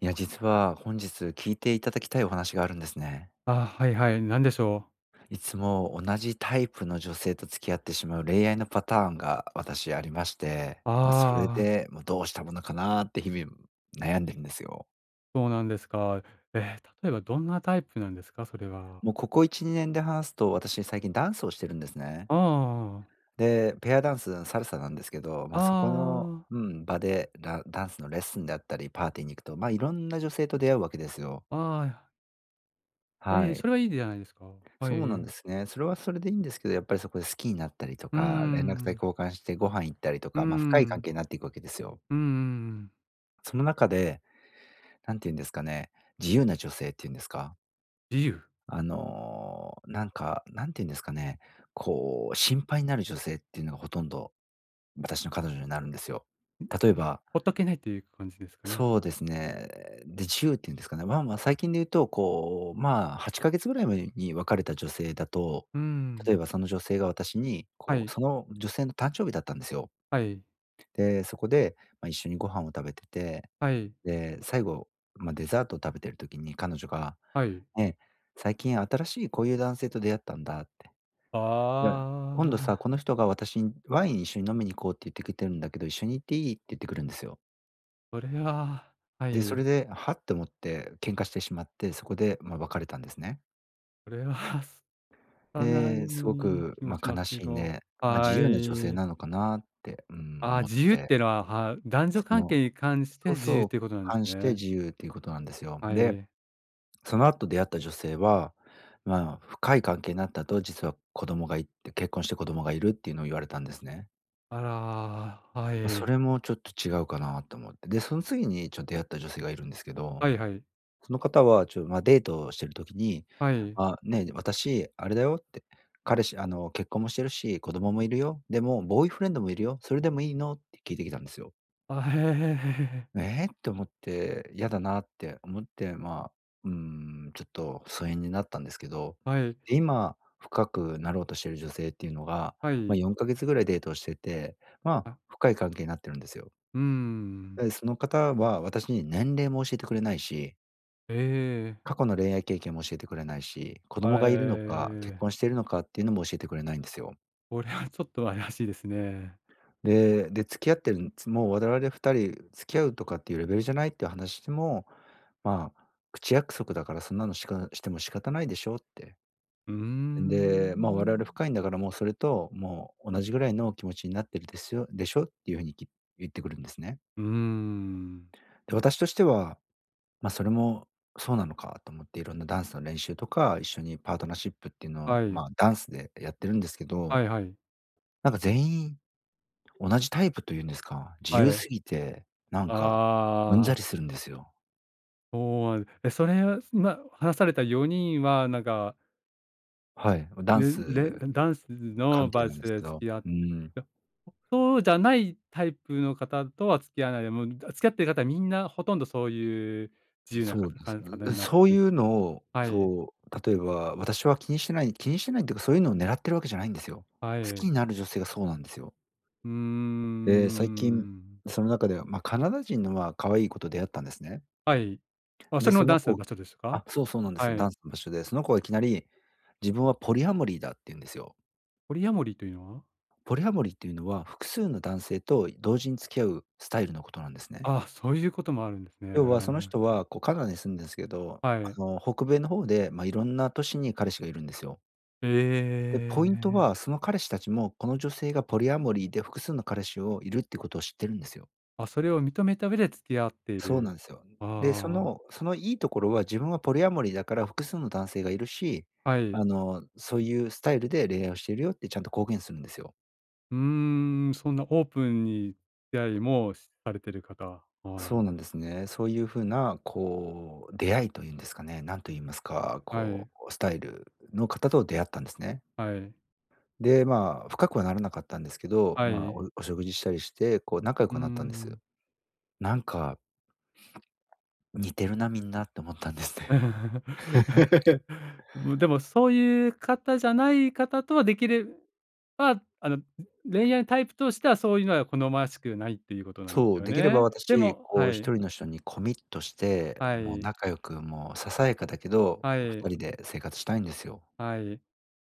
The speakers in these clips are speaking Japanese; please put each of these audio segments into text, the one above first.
いや、実は本日聞いていただきたいお話があるんですね。あ、はいはい、なんでしょう。いつも同じタイプの女性と付き合ってしまう恋愛のパターンが私ありまして、まあ、それああ、で、もうどうしたものかなって日々悩んでるんですよ。そうなんですか。例えばどんなタイプなんですか？それは。もうここ1、2年で話すと、私最近ダンスをしてるんですね。ああ、で、ペアダンス、サルサなんですけど、まあ、そこの、ああ、場で、ダンスのレッスンであったり、パーティーに行くと、ま、いろんな女性と出会うわけですよ。ああ、いはやい。それはいいじゃないですか。はそい。うなんですね。それはそれでいいんですけど、やっぱりそこで好きになったりとうーか、連絡先ん、交換してご飯行ったりとうーか、ま、深い関ん、係になっていくわけですよ。うんん。その中で、なんて言うんですかね、自由な女性っていうんですか、自由、あの、なんか、なんて言うんですかね、こう、心配になる女性っていうのがほとんど、私の彼女になるんですよ。例えばほっとけないっていう感じですかね。そうですね。で、10っていうんですかね。まあまあ、最近で言うと、こう、まあ、8か月ぐらい前に別れた女性だと、うーん。例えばその女性が私に、はこう、い、その女性の誕生日だったんですよ。はい、で、そこで、まあ、一緒にご飯を食べてて、はい、で、最後、まあ、デザートを食べてる時に彼女が、はい。ね、「最近新しいこういう男性と出会ったんだ」って。あいや今度さ、こあ、の人が私にワイン一緒に飲みに行こうって言ってきてるんだけど、一緒に行っていい？」って言ってくるんですよ。それは、はで、そい、れで、はって思って喧嘩してしまって、そこで、ま、別れたんですね。それは、拙で、すごいく、気もま、します悲けしいんど、で、ま、は自由な女性い。なのかなって、ああ、思っ自由って、てのは、男女そ関の係に関してそう自そ由う、ということなんです反してね。自由っていうことなんですよ。はで、い。その後出会った女性は、まあ、深い関係になった後、実は子供がいて結婚して子供がいるっていうのを言われたんですね。あら、はま、そい。れもちょっと違うかなと思って。で、その次にちょっ出会った女性がいるんですけど、はいはい。その方は、まあ、デートをしてる時に、はい。あ、ね、私、あれだよって、彼氏あの、結婚もしてるし、子供もいるよ。でも、ボーイフレンドもいるよ。それでもいいの？って聞いてきたんですよ。あ、へえ、へへへへ。えーって思って、嫌だなって思って、まあ、うーちょっと疎遠になったんですけど、はい、で、今、深くなろうとしてる女性っていうのが、はまあ、い。4か月ぐらいデートをしてて、まあ、あ、深い関係になってるんですよ。うーん。で、その方は私に年齢も教えてくれないし、ええ。過去の恋愛経験も教えてくれないし、子供あら、えがいるのえ、か、結婚しているのかっていうのも教えてくれないんですよ。これはちょっと怪しいですね。で、付き合ってるつもう我々2人付き合うとかっていうレベルじゃないっていう話も、まあ、口約束だからそんなのしかしても仕方ないでしょって。うーで、まあ、我々ん。深いんだからもうそれともう同じぐらいの気持ちになってるですよでしょっていうふうに言ってくるんですね。うーん。で、私としては、まあ、それもそうなのかと思っていろんなダンスの練習とか、一緒にパートナーシップっていうのを、はい。まあ、ダンスでやってるんですけど、はいはい。なんか全員同じタイプというんですか、自は由い。すぎて、なんかうんざああ、りするんですよ。そうなんえ、それは、今話された4人は、なんかはい、ダンスれれダンスの関係バイなんでトすでけ付ど、き合って、ん、や、そうじゃないタイプの方とは付き合わないで、もう付き合ってる方はみんなほとんどそういう自由なかそうたでかす。ん方になってそういて、うのを、はい、そう、例えば私は気にしてないっていうか、そういうのを狙ってるわけじゃないんですよ。は好きい。になる女性がそうなんですよ。うーで、最近ん。その中では、まあカナダ人の、まあ、可愛い子と出会ったんですね。はい。あ、そで、れもそダのンスの子、場所ですか？あ、そうなんですはよ。ダい。ンスの場所で、その子がいきなり、自分はポリハモリーだって言うんですよ。ポリアモリーというのは？ポリハモリーっていうのは、複数の男性と同時に付き合うスタイルのことなんですね。ああ、そういうこともあるんですね。要はその人は、こうカナダに住んでんですけど、はあい。の、北米の方で、ま、いろんな都市に彼氏がいるんですよ。えで、ポイントは、え。その彼氏たちも、この女性がポリアモリーで複数の彼氏をいるってことを知ってるんですよ。あ、それを認めた上で付き合っていそうなんでる。すよ。で、そあのそのいいところは、自分はポリアモリーだから複数の男性がいるし、あ、はい。あの、そういうスタイルで恋愛をしているよってちゃんと公言するんですよ。うーん、そんなオープンに出会いもしされてる方。そあうなんですね。そういうふうなこう、出会いというんですかね、なんと言いますか、あ、はこい、うスタイルの方と出会ったんですね。はい、で、まあ、深くはならなかったんですけど、はまあ、い。食事したりして、こう仲良うーくなったんでん。す。なんか似てるなみんなって思ったんですね。もうでも、そういう方じゃない方とはできれば、あの、恋愛タイプとしてはそういうのは好ましくないっていうことなんでそすう、よできればね。で私、も、こはう一い、人の人にコミットして、はもうい、仲良く、もうささやかだけど、はい、二人で生活したいんですよ。はい。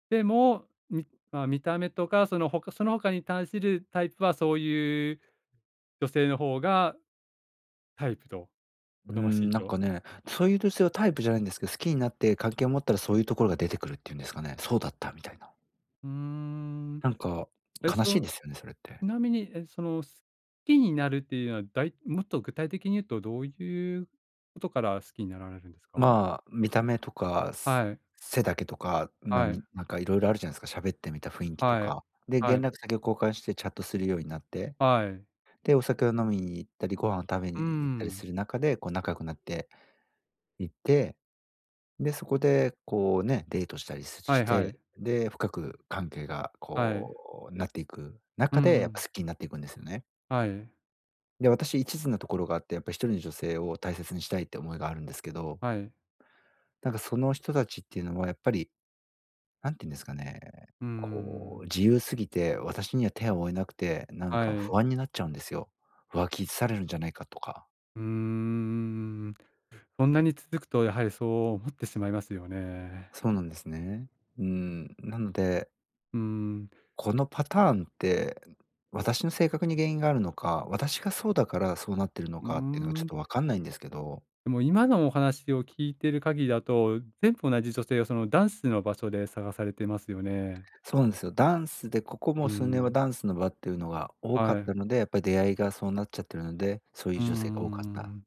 でも、みまあ、見た目とか、その他その他に対するタイプはそういう女性の方がタイプと。うおーとなしん、いなんと。かね、そういう女性はタイプじゃないんですけど、好きになって関係を持ったらそういうところが出てくるっていうんですかね、そうだったみたいな。うーん。なんかえ、悲そしいでの、ちすよね、それって。なみに、え、その、好きになるっていうのは、もっと具体的に言うと、どういうことから好きになられるんですか？まあ、見た目とか、はい、背だけとか、まあ、はい、なんかいろいろあるじゃないですか、喋ってみた雰囲気とはい、か。で、は連い、絡先を交換してチャットするようになって、はい。で、お酒を飲みに行ったり、ご飯を食べうにー行ったりん。する中で、こう仲良くなっていって、で、そこでこうね、デートしたりすはしいはて、い、で、深く関係がはい。こうなっていくうん中うで、やっぱん。好きになっていくんですよね。はい、で、私一途なところがあって、やっぱ一人の女性を大切にしたいって思いがあるんですけど、はい。なんかその人たちっていうのはやっぱり、なんて言うんですかね、うーこうん。自由すぎて、私には手を負えなくて、なんはかい。不安になっちゃうんですよ。浮気されるんじゃないかとか。うーん。そんなに続くと、やはりそう思ってしまいますよね。そうなんですね。うん、なので、うーん。このパターンって、私の性格に原因があるのか、私がそうだからそうなってるのうーかっていうのがちょっん。とわかんないんですけど、でも今のお話を聞いてる限りだと、全部同じ女性をそのダンスの場所で探されてますよね。そうなんですよ。ダンスで、ここもうう数年はん。ダンスの場っていうのが多かはっい。たので、やっぱり出会いがそうなっちゃってるので、そういううー女性が多かった、ん。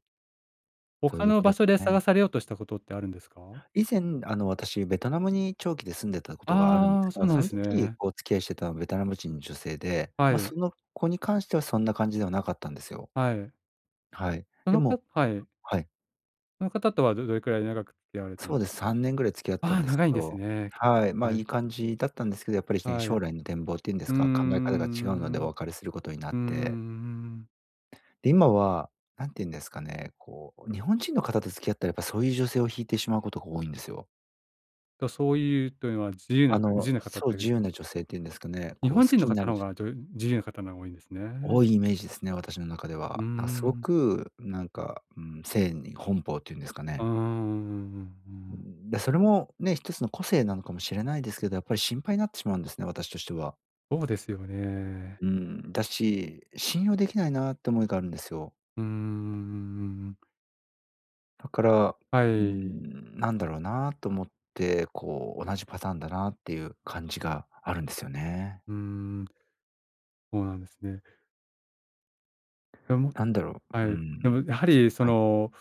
そうい他うとのこ場です所でかね。探されようとしたことってあるんですか？以前、あの、私ベトナムに長期で住んでたことがあるんであすあ、そうが、なんそでのす時ね。お付き合いしてたのはベトナム人の女性で、はまあ、い、その子に関してはそんな感じではなかったんですよ。はい。はい。そでのもかはい。はい。その方とはどどれくらい長く付き合われたんそうでですか。す。3年ぐらい付き合っあたんあ、です長けいんですど、ね。結はい、構、まあ、はいい、い感じだったんですけど、やっぱりね、はい。将来の展望っていうんでうん、うすーか、考え方が違うのでおん、別れすることになうって、ーん。で、今は、なんて言うんですかね、こう、日本人の方と付き合ったらやっぱそういう女性を引いてしまうことが多いんですよ。と、そういうというのは自由な方そう、という、自由な女性っていうんですかね、日こう本好人きのにな方るの方女が、性自由な方のが多いんですね。多いイメージですね、私の中でうーは。なんかすごん。く、性に奔放っていうんですかうーん、ね。うんうんうんううん。ん、で、それもね、一つの個性なのかもしれないですけど、やっぱり心配になってしまうんですね、私としては。そうですよね。うん、だし、信用できないなって思いがあるんですよ。うーん、だから、はうい。ん、なんだろうなと思って、こう、同じパターンだなっていう感じがあるんですよね。うーん、そうなんですね。でも、なんだろう、はうい。でもん、やはりそはい、の、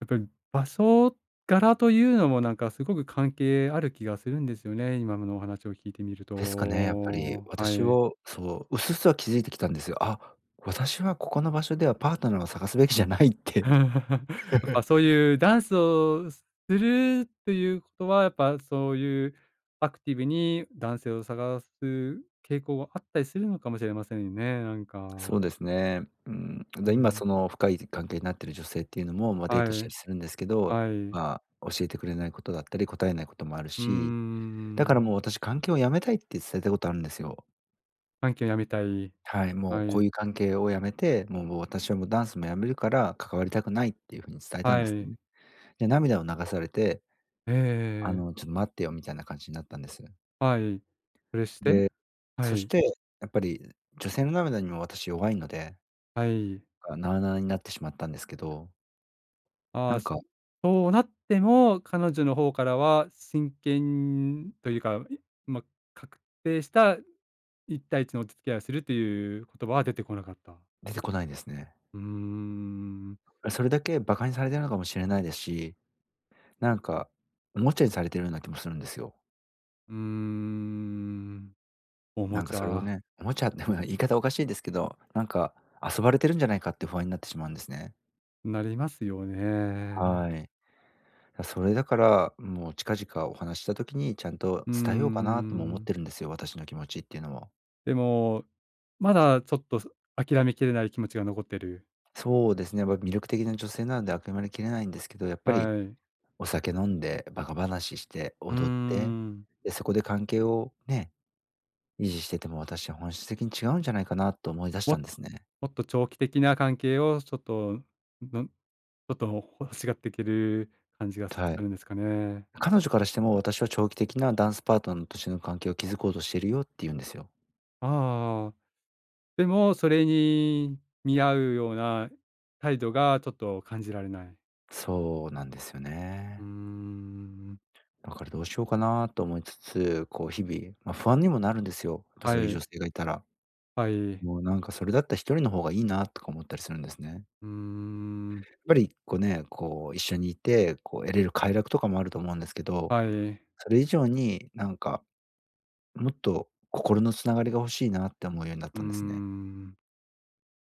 やっぱり場所柄というのもなんかすごく関係ある気がするんですよね、今のお話を聞いてみるですかね、やっぱり。と。は私い。を、そう、薄々は気づいてきたんですよ。あ、私はここの場所ではパートナーを探すべきじゃないって。やっぱそういうダンスをするということは、やっぱそういうアクティブに男性を探す傾向があったりするのかもしれませんね、なんか。そうですね。うん、うで、今ん。その深い関係になってる女性っていうのも、まあ、デーはトしたりい、するんですけど、はい。まあ、教えてくれないことだったり、答えないこともあるうーし、だからん。もう私関係を辞めたいって伝えたことあるんですよ。短期をやめたい。はい、もはうこい、ういう関係を辞めて、もう私はもうダンスも辞めるから関わりたくないっていう風に伝えたんはですい。ね。で、涙を流されて、えあえ。の、ちょっと待ってよみたいな感じになったんです。はい。それして、で、はそしい、て、やっぱり女性の涙にも私弱いので、はい。なあなあになってしまったんですけど、あなあ、んかそうなっても、彼女の方からは真剣というか、ま、確定した一対一のお付き合いをするという言葉は出てこなかった。出てこないですね。うーん、それだけ馬鹿にされてるのかもしれないですし、なんかおもちゃにされてるような気もするんですよ。うーん、おもなんかちそれをゃ、ね、おもちゃってまあ、言い方おかしいですけど、なんか遊ばれてるんじゃないかって不安になってしまうんですね。なりますよね。はい。だ、それだから、もう近々お話しした時にちゃんとうー伝えようかなとも思っん。てるんですよ、私の気持ちっていうのも、でも、まだちょっと、諦めきれない気持ちが残ってる。そうですね、やっぱ魅力的な女性なのであくまで切れないんですけど、やっぱりはい。お酒飲んでバカ話してうー踊って、ん。で、そこで関係をね、維持してても私は本質的に違うんじゃないかなと思い出したもんですね。もっと長期的な関係をちょっと、ちょっと欲しがっていける感じがはい。るんですかね。彼女からしても、私は長期的なダンスパートナーとしての関係を築こうとしてるよって言うんですよ。ああああ。でも、それに見合うような態度がちょっと感じられない。そうなんですようーね。ん。だからどうしようかなと思いつつ、こう日々、まあ、不安にもなるんですよ。やっぱはそういう女い、性がいたら。はい。もうなんかそれだったら一人の方がいいなとか思ったりするんですね。うーやん。っぱりこうね、こう一緒にいて、こう得れる快楽とかもあると思うんですけど、はい。それ以上になんか、もっと心のつながりが欲しいなって思うようになっうーたんですね。ん。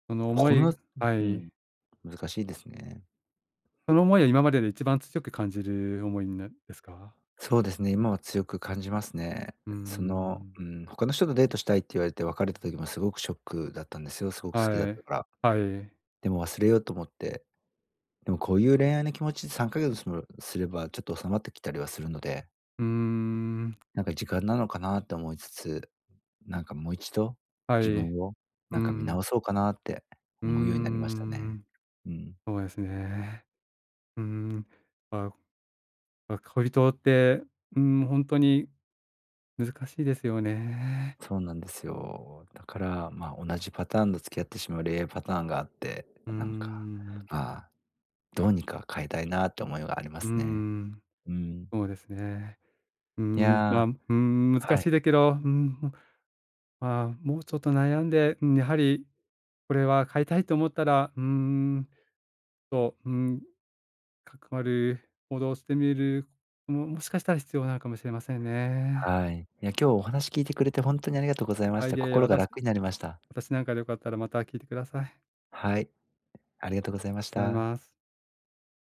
その思心のいはうい。ん、難しいですね。その思いは今までで一番強く感じる思いなですか？そうですね、今は強く感じますね。うーん。他の人とデートしたいって言われて別れた時もすごくショックだったんですよ、すごく好きだっはたい。から。はい。でも忘れようと思って、でもこういう恋愛の気持ちで3ヶ月もすればちょっと収まってきたりはするので、うーん。なんか時間なのかなって思いつつ、なんかもう一度は自い。う分をーなんか見直ん、そうかなってうー思うようになりましたね。ん、うん。そうですね。うーん、まあ、まあ、恋人って、うーん、ほんとに難しいですよね。そうなんですよ。だから、まあ、同じパターンの付き合ってしまう恋愛パターンがあって、うーなんか、ん、まあどうにか変えたいなって思いがありまうーすね。ん、うん。そうですね。うーいん、まあ、や、うーん、難はしい、い、だけど、うーん、もまあ、もうちょっと悩んで、うん、やはりこれは変えたいと思ったら、と、うーん、関わる行動をしてみる、もしかしたら必要なのかもしれませんね。はい。いや、今日お話聞いてくれてほんとにありがとうございまあ、しいた。えいえ、心が楽になりました。私なんかでよかったらまた聞いてください。ありはい、ありがとうございましがとうござた。います。